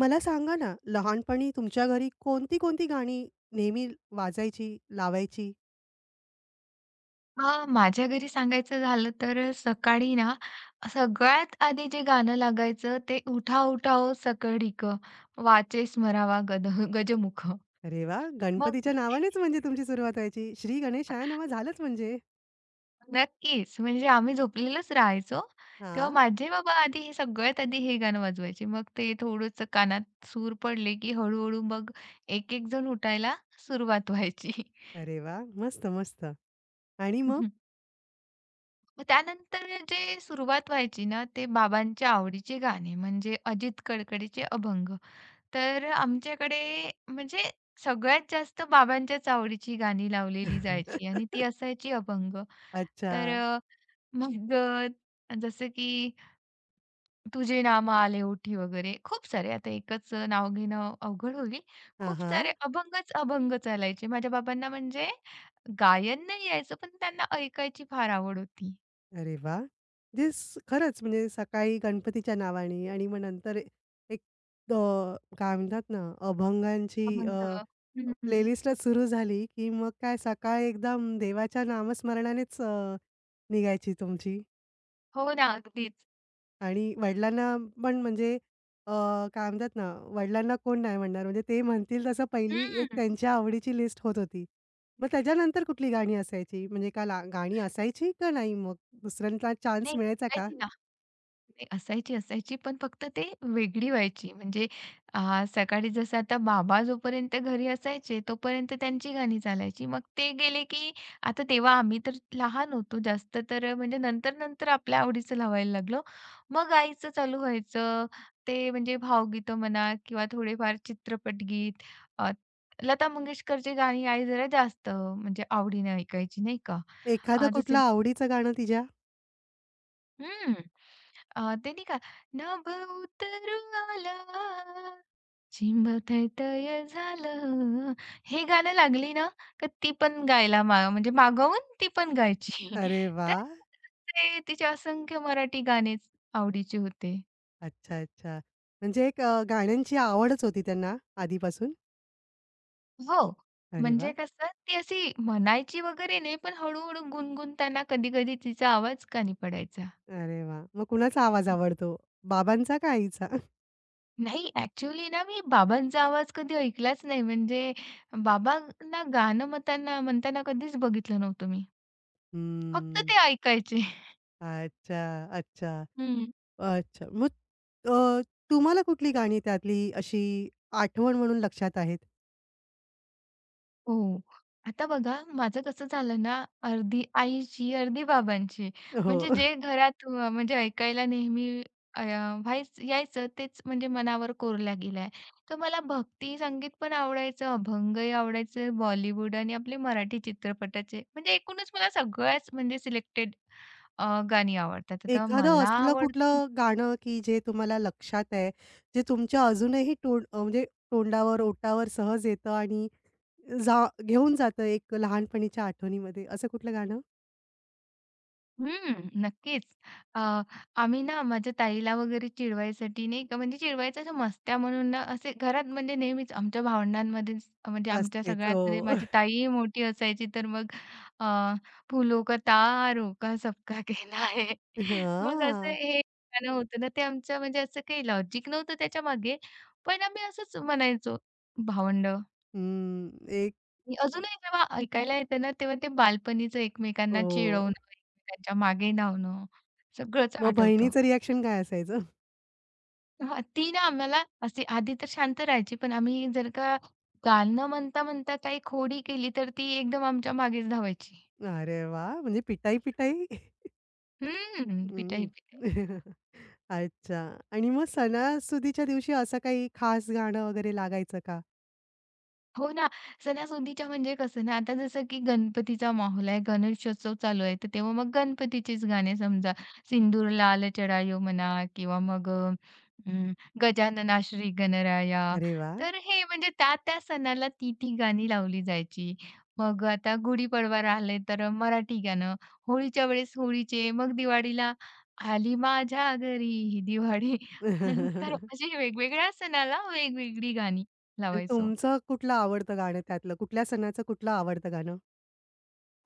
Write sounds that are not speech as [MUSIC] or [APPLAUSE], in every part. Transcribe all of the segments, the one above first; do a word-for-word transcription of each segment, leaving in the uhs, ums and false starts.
मला सांगा ना, लहानपणी तुमच्या घरी कोणती-कोणती गाणी नेहमी वाजायची, लावायची? हां, माझ्या घरी सांगायचं झालं तर अ, सकाळी ना सगळ्यात आधी जे गाणं लागायचं ते "उठा उठा ओ सकळीक वाचे स्मरावा गद गजमुख." अरे वाह! मग गणपतीच्या नावानेच म्हणजे तुमची सुरुवात व्हायची. श्री गणेशाय नमः झालंच म्हणजे. नक्कीच म्हणजे आम्ही झोपलेलोच राहायचो. तेव्हा हां. माझे बाबा आधी हे सगळ्यात आधी हे गाणं वाजवायचे. मग ते थोडंसं कानात सूर पडले, की हळू मग एक-एक जण उठायला सुरुवात व्हायची. अरे वाह! मस्त, मस्त. आणि मग? हम्म. मग त्यानंतर जे सुरुवात व्हायची ना, ते बाबांच्या आवडीचे गाणे म्हणजे अजित कडकडेचे अभंग. तर आमच्याकडे म्हणजे सगळ्यात जास्त बाबांच्याच आवडीची गाणी लावलेली जायची [LAUGHS] आणि ती असायची अभंग. अच्छा. तर अ, मग अ, जसं की तुझे नाम आले ओठी वगैरे खूप सारे आता एकच नाव घेणं अवघड होईल. हां, खूप हां. सारे अभंगच अभंग चालायचे. माझ्या बाबांना म्हणजे गायन नाही यायचं, पण त्यांना ऐकायची फार आवड होती. अरे वाह! म्हणजे स खरंच म्हणजे सकाळी गणपतीच्या नावाने आणि मग नंतर ए- एक अ, काय म्हणतात ना, अभंगांची अभंग अ, हं. प्लेलिस्टच सुरू झाली, की मग काय सकाळ एकदम देवाच्या नामस्मरणानेच अ, निघायची तुमची. हो ना, अगदीच. आणि वडिलांना पण म्हणजे अ, काय म्हणतात ना, वडिलांना कोण नाही म्हणणार म्हणजे ते म्हणतील तसं पहिली एक हं. त्यांच्या आवडीची लिस्ट होत होती. मग त्याच्यानंतर कुठली गाणी असायची? म्हणजे का ला गाणी असायची का नाही मग? दुसऱ्यांदा चान्स नाही, मिळायचा का? नाही, असायची, असायची. पण फक्त ते वेगळी व्हायची. म्हणजे अ, सकाळी जसं आता बाबा जोपर्यंत घरी असायचे, तोपर्यंत त्यांची गाणी चालायची. मग ते गेले की आता तेव्हा आम्ही तर लहान होतो जास्त, तर म्हणजे नंतर-नंतर आपल्या आवडीचं लावायला लागलो. मग आईचं चालू व्हायचं. ते म्हणजे भावगीतं म्हणा किंवा थोडेफार चित्रपट गीत. अ, लता मंगेशकरची गाणी आई जरा जास्त म्हणजे आवडीने ऐकायची, नाही का? एखादं अ, जसे कुठलं आवडीचं गाणं तिच्या? हम्म. अ, ते नाही का नभ उतरू आला चिंब तय झालं हे गाणं लागली ना का ती पण गायला मा म्हणजे मागवून ती पण गायची अरे [LAUGHS] तर वाह! ते तिचे असंख्य मराठी गाणेच आवडीचे होते. अच्छा, अच्छा. म्हणजे एक अ, गाण्यांची आवडच होती त्यांना आधीपासून? हो. अरे म्हणजे वाह! कसं ती अशी म्हणायची वगैरे नाही पण हळूहळू गुणगुणताना कधी कधी तिचा आवाज कानी पडायचा. अरे वाह! मग कुणाचा आवाज आवडतो? बाबांचा का आईचा? नाही, ॲक्चुअली ना मी बाबांचा आवाज कधी ऐकलाच नाही. म्हणजे बाबांना गाणं म्हणताना म्हणताना कधीच बघितलं नव्हतं मी. फक्त हम्म. ते ऐकायचे. अच्छा, अच्छा, हं. अच्छा. मग अ, तुम्हाला कुठली गाणी त्यातली अशी आठवण म्हणून लक्षात आहेत? हो. आता बघा माझं कसं झालं ना, अर्धी आईची, अर्धी बाबांची. हो. म्हणजे जे घरात अ, म्हणजे ऐकायला नेहमी अ, व्हायच यायचं तेच म्हणजे मनावर कोरल्या गेलं. तर मला भक्ती संगीत पण आवडायचं, अभंगही आवडायचे, बॉलिवूड आणि आपले मराठी चित्रपटाचे. म्हणजे एकूणच मला सगळ्याच म्हणजे सिलेक्टेड अ, गाणी आवडतात. तर एखादं मला असलं आवडते. कुठलं गाणं, की जे तुम्हाला लक्षात आहे, जे तुमच्या अजूनही तोंड अ, म्हणजे तोंडावर, ओठावर सहज येतं आणि जा घेऊन जातं एक लहानपणीच्या आठवणीमध्ये. असं कुठलं गाणं? हं, नक्कीच. अ, आम्ही ना माझ्या ताईला वगैरे चिडवायसाठी नाही का म्हणजे चिडवायचं असं मस्त्या म्हणून ना असे घरात म्हणजे नेहमीच आमच्या भावंडांमध्येच म्हणजे आमच्या असतेच. हो. सगळ्यांमध्ये [LAUGHS] माझी ताई मोठी असायची, तर मग अ, फुलो का तारो का सबका कहना है. [LAUGHS] मग असं हां. हे गाणं होतं ना ते आमचं, म्हणजे असं काही लॉजिक नव्हतं त्याच्यामागे. पण आम्ही असंच म्हणायचो भावंड. हं. एक आणि अजूनही जेव्हा ऐकायला येतं ना, तेव्हा ते बालपणीचं एकमेकांना चिडवणं, हो. एकमेकांच्या मागे धावणं, सगळंच मग आठवतं. बहिणीचं रिएक्शन काय असायचं? हां, ती ना आम्हाला असे आधी तर शांत राहायची, पण आम्ही जर का गाणं म्हणता-म्हणता काही खोडी केली, तर ती एकदम आमच्या मागेच धावायची. अरे वाह! म्हणजे पिटाई-पिटाई? हं, हं. पिटाई-पिटाई. [LAUGHS] अच्छा. आणि मग सणासुदीच्या दिवशी असं काही खास गाणं वगैरे लागायचं का? हो ना. सणासुदीच्या म्हणजे कसं ना, आता जसं की गणपतीचा माहोल आहे, गणेशोत्सव चालू आहे, तर तेव्हा मग गणपतीचेच गाणे समजा सिंदूर लाल चढायो म्हणा किंवा मग अ, अं, गजानना श्री गणराया. अरे वाह! तर हे म्हणजे त्या-त्या सणाला ती-ती गाणी लावली जायची. मग आता गुढीपाडवा राहिले तर मराठी गाणं, होळीच्या वेळेस होळीचे, मग दिवाळीला आली माझ्या घरी ही दिवाळी. [LAUGHS] तर [LAUGHS] अशी वेगवेगळ्या सणाला वेगवेगळी गाणी आणि लावायचो. तुमचं कुठलं आवडतं गाणं त्यातलं? कुठल्या सणाचं कुठलं आवडतं गाणं?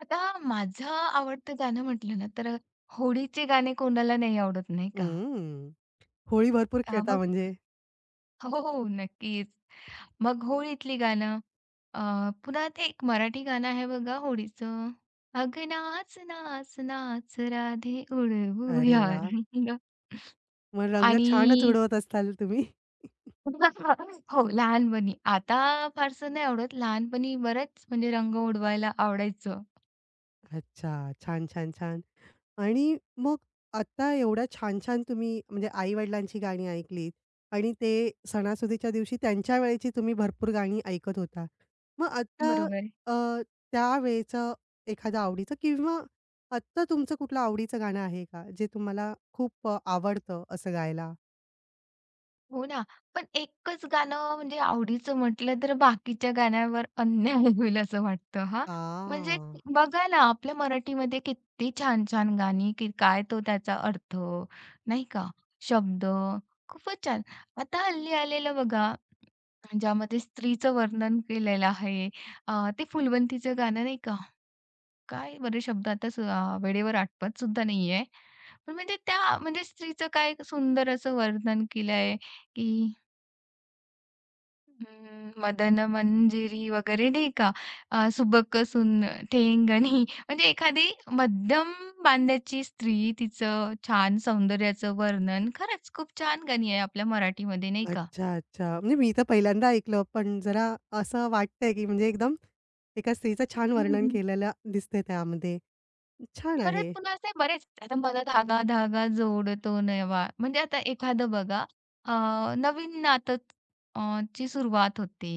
आता माझं आवडतं गाणं म्हटलं ना, तर अ, होळीचे गाणे कोणाला नाही आवडत, नाही का? हं. होळी भरपूर अ, खेळता मग म्हणजे. हो, हो, नक्कीच. मग होळीतली गाणं अ, पुन्हा ते एक मराठी गाणं आहे बघा होळीचं. "अग नाच, नाच, नाच राधे अरे उडवूया वाह! रंग." मग रंग आणि छानच उडवत असाल तुम्ही? [LAUGHS] हो, लहानपणी. आता फारसं नाही आवडत. लहानपणी बरंच म्हणजे रंग उडवायला आवडायचं. अच्छा. छान, छान, छान. आणि मग आता एवढ्या छान-छान तुम्ही म्हणजे आई-वडिलांची गाणी ऐकलीत आणि ते सणासुदीच्या दिवशी त्यांच्या वेळेची तुम्ही भरपूर गाणी ऐकत होता. मग आता बरोबर. अ, त्यावेळेचं एखादं आवडीचं किंवा आत्ता तुमचं कुठलं आवडीचं गाणं आहे का? जे तुम्हाला खूप अ, आवडतं असं गायला? हो ना. पण एकच गाणं म्हणजे आवडीचं म्हटलं तर बाकीच्या गाण्यावर अन्याय [LAUGHS] होईल असं वाटतं हा. म्हणजे आ! बघा ना, आपल्या मराठीमध्ये किती छान-छान गाणी, की काय तो त्याचा अर्थ, नाही का? शब्द खूपच छान. आता हल्ली आलेलं बघा, ज्यामध्ये स्त्रीचं वर्णन केलेलं आहे. अ, ते फुलवंतीचं गाणं नाही का? काय बरे शब्द आता स अ, वेळेवर आठवत सुद्धा नाहीये. पण म्हणजे त्या म्हणजे स्त्रीचं काय सुंदर असं वर्णन केलंय, की हं, मदन मंजिरी वगैरे नाही का? अ, सुबक सुन ठेंगणी, म्हणजे एखादी मध्यम बांध्याची स्त्री, तिचं छान सौंदर्याचं वर्णन. खरंच खूप छान गाणी आहे आपल्या मराठीमध्ये, नाही का? अच्छा, अच्छा. म्हणजे मी तर पहिल्यांदा ऐकलं, पण जरा असं वाटतंय, की म्हणजे एकदम एका स्त्रीचं छान वर्णन हम्म, केलेलं दिसतंय त्यामध्ये. छान परत आहे. पुन्हा असे बरेच आता मला धागा धागा जोडतो नवा. म्हणजे आता एखादं बघा अ, नवीन नातं अ, ची सुरुवात होते.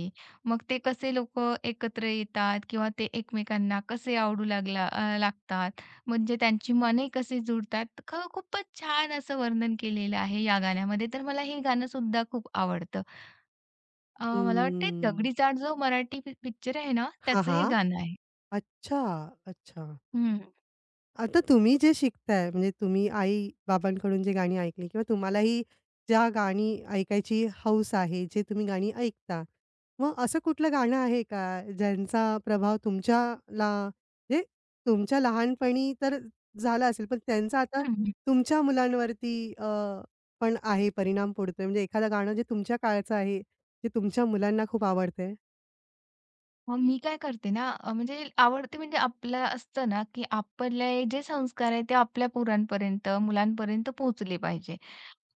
मग ते कसे लोकं एकत्र येतात किंवा ते एकमेकांना कसे आवडू लागला अ, लागतात. म्हणजे त्यांची मने कसे जुळतात. ख खूपच छान असं वर्णन केलेलं आहे या गाण्यामध्ये. तर मला हे गाणं सुद्धा खूप आवडतं. अ, मला वाटतंय हं. दगडी चाळ जो मराठी पिक्चर आहे ना हां, त्याचं हां. हे गाणं आहे. अच्छा, अच्छा. हं. आता तुम्ही जे शिकताय म्हणजे तुम्ही आई-बाबांकडून जी गाणी ऐकली किंवा तुम्हालाही ज्या गाणी ऐकायची हौस आहे, जे तुम्ही गाणी ऐकता. मग असं कुठलं गाणं आहे का ज्यांचा प्रभाव तुमच्याला म्हणजे तुमच्या लहानपणी तर झाला असेल, पण त्यांचा आता हं. तुमच्या मुलांवरती अ, पण आहे परिणाम पडतोय? म्हणजे एखादं गाणं जे तुमच्या काळाचं आहे, जे तुमच्या मुलांना खूप आवडतंय? मग मी काय करते ना, अ, म्हणजे आवडते म्हणजे आपलं असतं ना, की आपले जे संस्कार आहेत ते आपल्या पोरांपर्यंत, मुलांपर्यंत पोहोचले पाहिजे.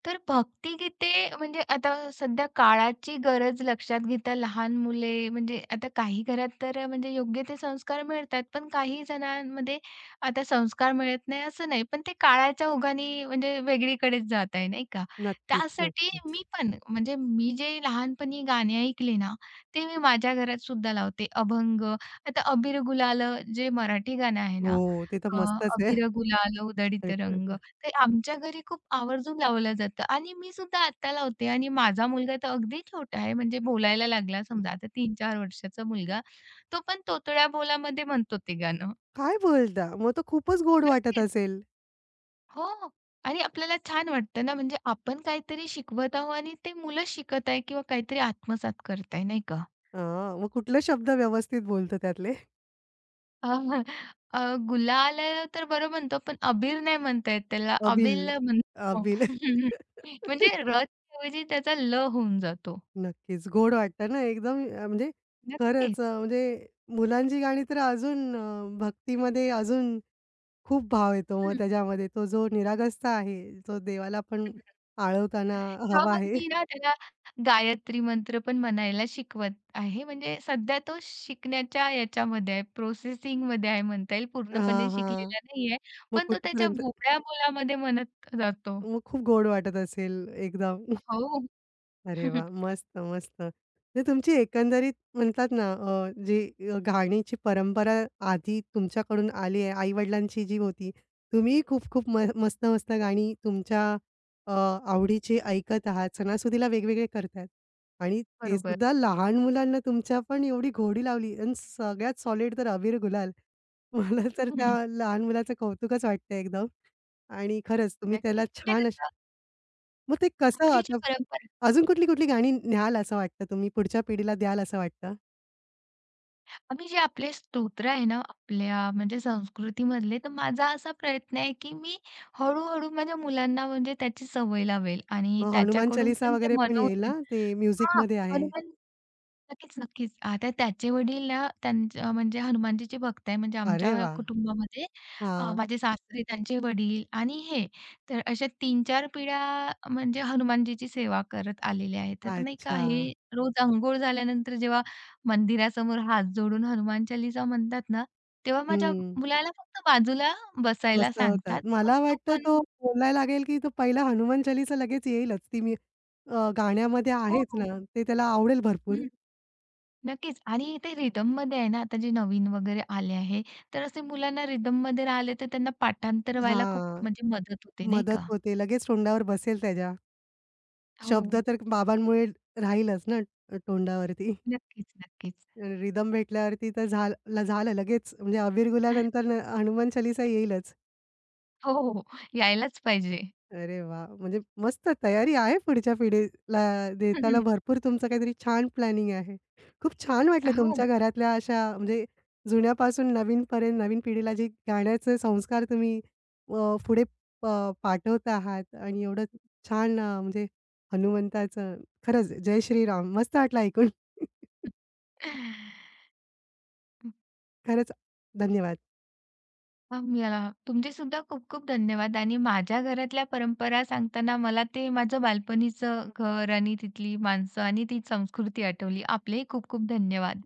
तर भक्तिगीते, म्हणजे आता सध्या काळाची गरज लक्षात घेता लहान मुले, म्हणजे आता काही घरात तर म्हणजे योग्य ते संस्कार मिळतात, पण काही जणांमध्ये आता संस्कार मिळत नाही असं नाही, पण ते काळाच्या ओघाने म्हणजे वेगळीकडेच जात आहे, नाही का? नक्कीच, त्यासाठी नक्कीच. मी पण म्हणजे मी जे लहानपणी गाणी ऐकली ना, ते मी माझ्या घरात सुद्धा लावते. अभंग, आता अबीर गुलाल जे मराठी गाणं आहे ना, हो, ते तर अ, मस्तच आहे. अबीर गुलाल उधळीत रंग, [LAUGHS] ते आमच्या घरी खूप आवर्जून लावलं जातं आणि मी सुद्धा आत्ता लावते आणि माझा मुलगा तर अगदी छोटा आहे, म्हणजे बोलायला लागला समजा, आता तीन चार वर्षाचा मुलगा. तो पण तोतड्या बोलामध्ये म्हणतो ते गाणं. काय बोलता? मग तो खूपच गोड वाटत नक्कीच. असेल. हो. आणि आपल्याला छान वाटतं ना, म्हणजे आपण काहीतरी शिकवत आहोत आणि ते मुलं शिकत आहे किंवा काहीतरी आत्मसात करत, नाही का? हां, मग कुठले शब्द व्यवस्थित बोलतो त्यातले? अ, हं. अ, गुलाल आहे तर बरं म्हणतो, पण अबीर नाही म्हणता येत त्याला. अबिल, अबील म्हणतो. अबिल. [LAUGHS] म्हणजे र ऐवजी त्याचा ल होऊन जातो. नक्कीच. गोड वाटतं ना एकदम अ, म्हणजे खरंच अ, नक्कीच. म्हणजे मुलांची गाणी तर अजून अ, भक्तीमध्ये अजून खूप भाव येतो मग हं. त्याच्यामध्ये. तो जो निरागसता आहे, तो देवाला पण आळवताना किंवा हवा मग आहे. मी ना त्याला गायत्री मंत्र पण म्हणायला शिकवत आहे. म्हणजे सध्या तो शिकण्याच्या याच्यामध्ये आहे, प्रोसेसिंगमध्ये आहे म्हणता येईल. हां, पूर्णपणे हां. शिकलेला नाहीये. मग पण तो त्याच्या कुठपर्यंत बोबड्या बोलामध्ये म्हणत जातो. मग खूप गोड वाटत असेल एकदम. हो. अरे [LAUGHS] वाह! मस्त, मस्त. म्हणजे तुमची एकंदरीत म्हणतात ना अ, जी अ, गाण्याची परंपरा आधी तुमच्याकडून आली आहे, आई-वडिलांची जी होती. तुम्ही खूप खूप म मस्त-मस्त गाणी तुमच्या अ, आवडीची ऐकत आहात. सणासुदीला वेगवेगळे करतायत आणि ते बरोबर. सुद्धा लहान मुलांना तुमच्या पण एवढी घोडी लावली आणि सगळ्यात सॉलिड तर अबीर गुलाल. मला तर त्या हम्म. लहान मुलाचं कौतुकच वाटतंय एकदम आणि खरंच तुम्ही त्याला नक्कीच. म्हणजे छान अशी. कसं मग ते कसं आपली जी आता परंपरा. अजून कुठली-कुठली गाणी न्याल असं वाटतं तुम्ही पुढच्या पिढीला द्याल असं वाटतं? आम्ही जे आपले स्तोत्र आहे ना, आपल्या म्हणजे संस्कृतीमधले, तर माझा असा प्रयत्न आहे, की मी हळू-हळू माझ्या मुलांना म्हणजे त्याची सवय लावेल आणि मग हनुमान त्याच्याकडून चालीसा पण ते वगैरे पण मनवून येईल ना? घेईल. ते हां, म्युझिकमध्ये आहे. हनुमान नक्कीच, नक्कीच. आता त्याचे वडील ना, त्यांच्या म्हणजे हनुमानजीची भक्त आहे. म्हणजे अरे आमच्या वाह! कुटुंबामध्ये अ, हां. माझे सासरे, त्यांचे वडील आणि हे. तर अशा तीन चार पिढ्या म्हणजे हनुमानजीची सेवा करत आलेले आहेत. तर नाही का अच्छा. हे रोज अंघोळ झाल्यानंतर जेव्हा मंदिरासमोर हात जोडून हनुमान चालीसा म्हणतात ना, तेव्हा माझ्या हं. मुलाला फक्त बाजूला बसायला मस्त होतात. सांगतात. मग मला तो वाटतं पण तो बोलायला लागेल, की तो पहिला हनुमान चालीसा लगेच येईलच. ती मी अ, गाण्यामध्ये हो, आहेच हो. ना, ते त्याला आवडेल भरपूर. नक्कीच. आणि ते रिदममध्ये आहे ना, आता जे नवीन वगैरे आले आहे, तर असे मुलांना रिदममध्ये आले तर त्यांना पाठांतर व्हायला खूप हां. म्हणजे मदत होते, नाही मदत का? होते. लगेच तोंडावर बसेल त्याच्या. हो. शब्द तर बाबांमुळे राहीलच ना तोंडावरती. नक्कीच, नक्कीच. रिदम भेटल्यावरती तर झालं झालं लगेच म्हणजे अबीर गुलानंतर न हनुमान चालीसा येईलच. हो, हो, हो. यायलाच पाहिजे. अरे वाह! म्हणजे मस्त तयारी आहे पुढच्या पिढीला देताना [LAUGHS] भरपूर तुमचं काहीतरी छान प्लॅनिंग आहे. खूप छान वाटलं हो. तुमच्या घरातल्या अशा म्हणजे जुन्यापासून नवीनपर्यंत नवीन पिढीला जे गाण्याचे संस्कार तुम्ही अ, पुढे प पाठवत आहात आणि एवढं छान अ, म्हणजे हनुमंताचं खरंच जय श्रीराम मस्त वाटलं ऐकून. [LAUGHS] खरंच धन्यवाद. अ, मला तुमचे सुद्धा खूप-खूप धन्यवाद आणि माझ्या घरातल्या परंपरा सांगताना मला ते माझं बालपणीचं घर आणि तिथली माणसं आणि ती संस्कृती आठवली. आपलेही खूप-खूप धन्यवाद.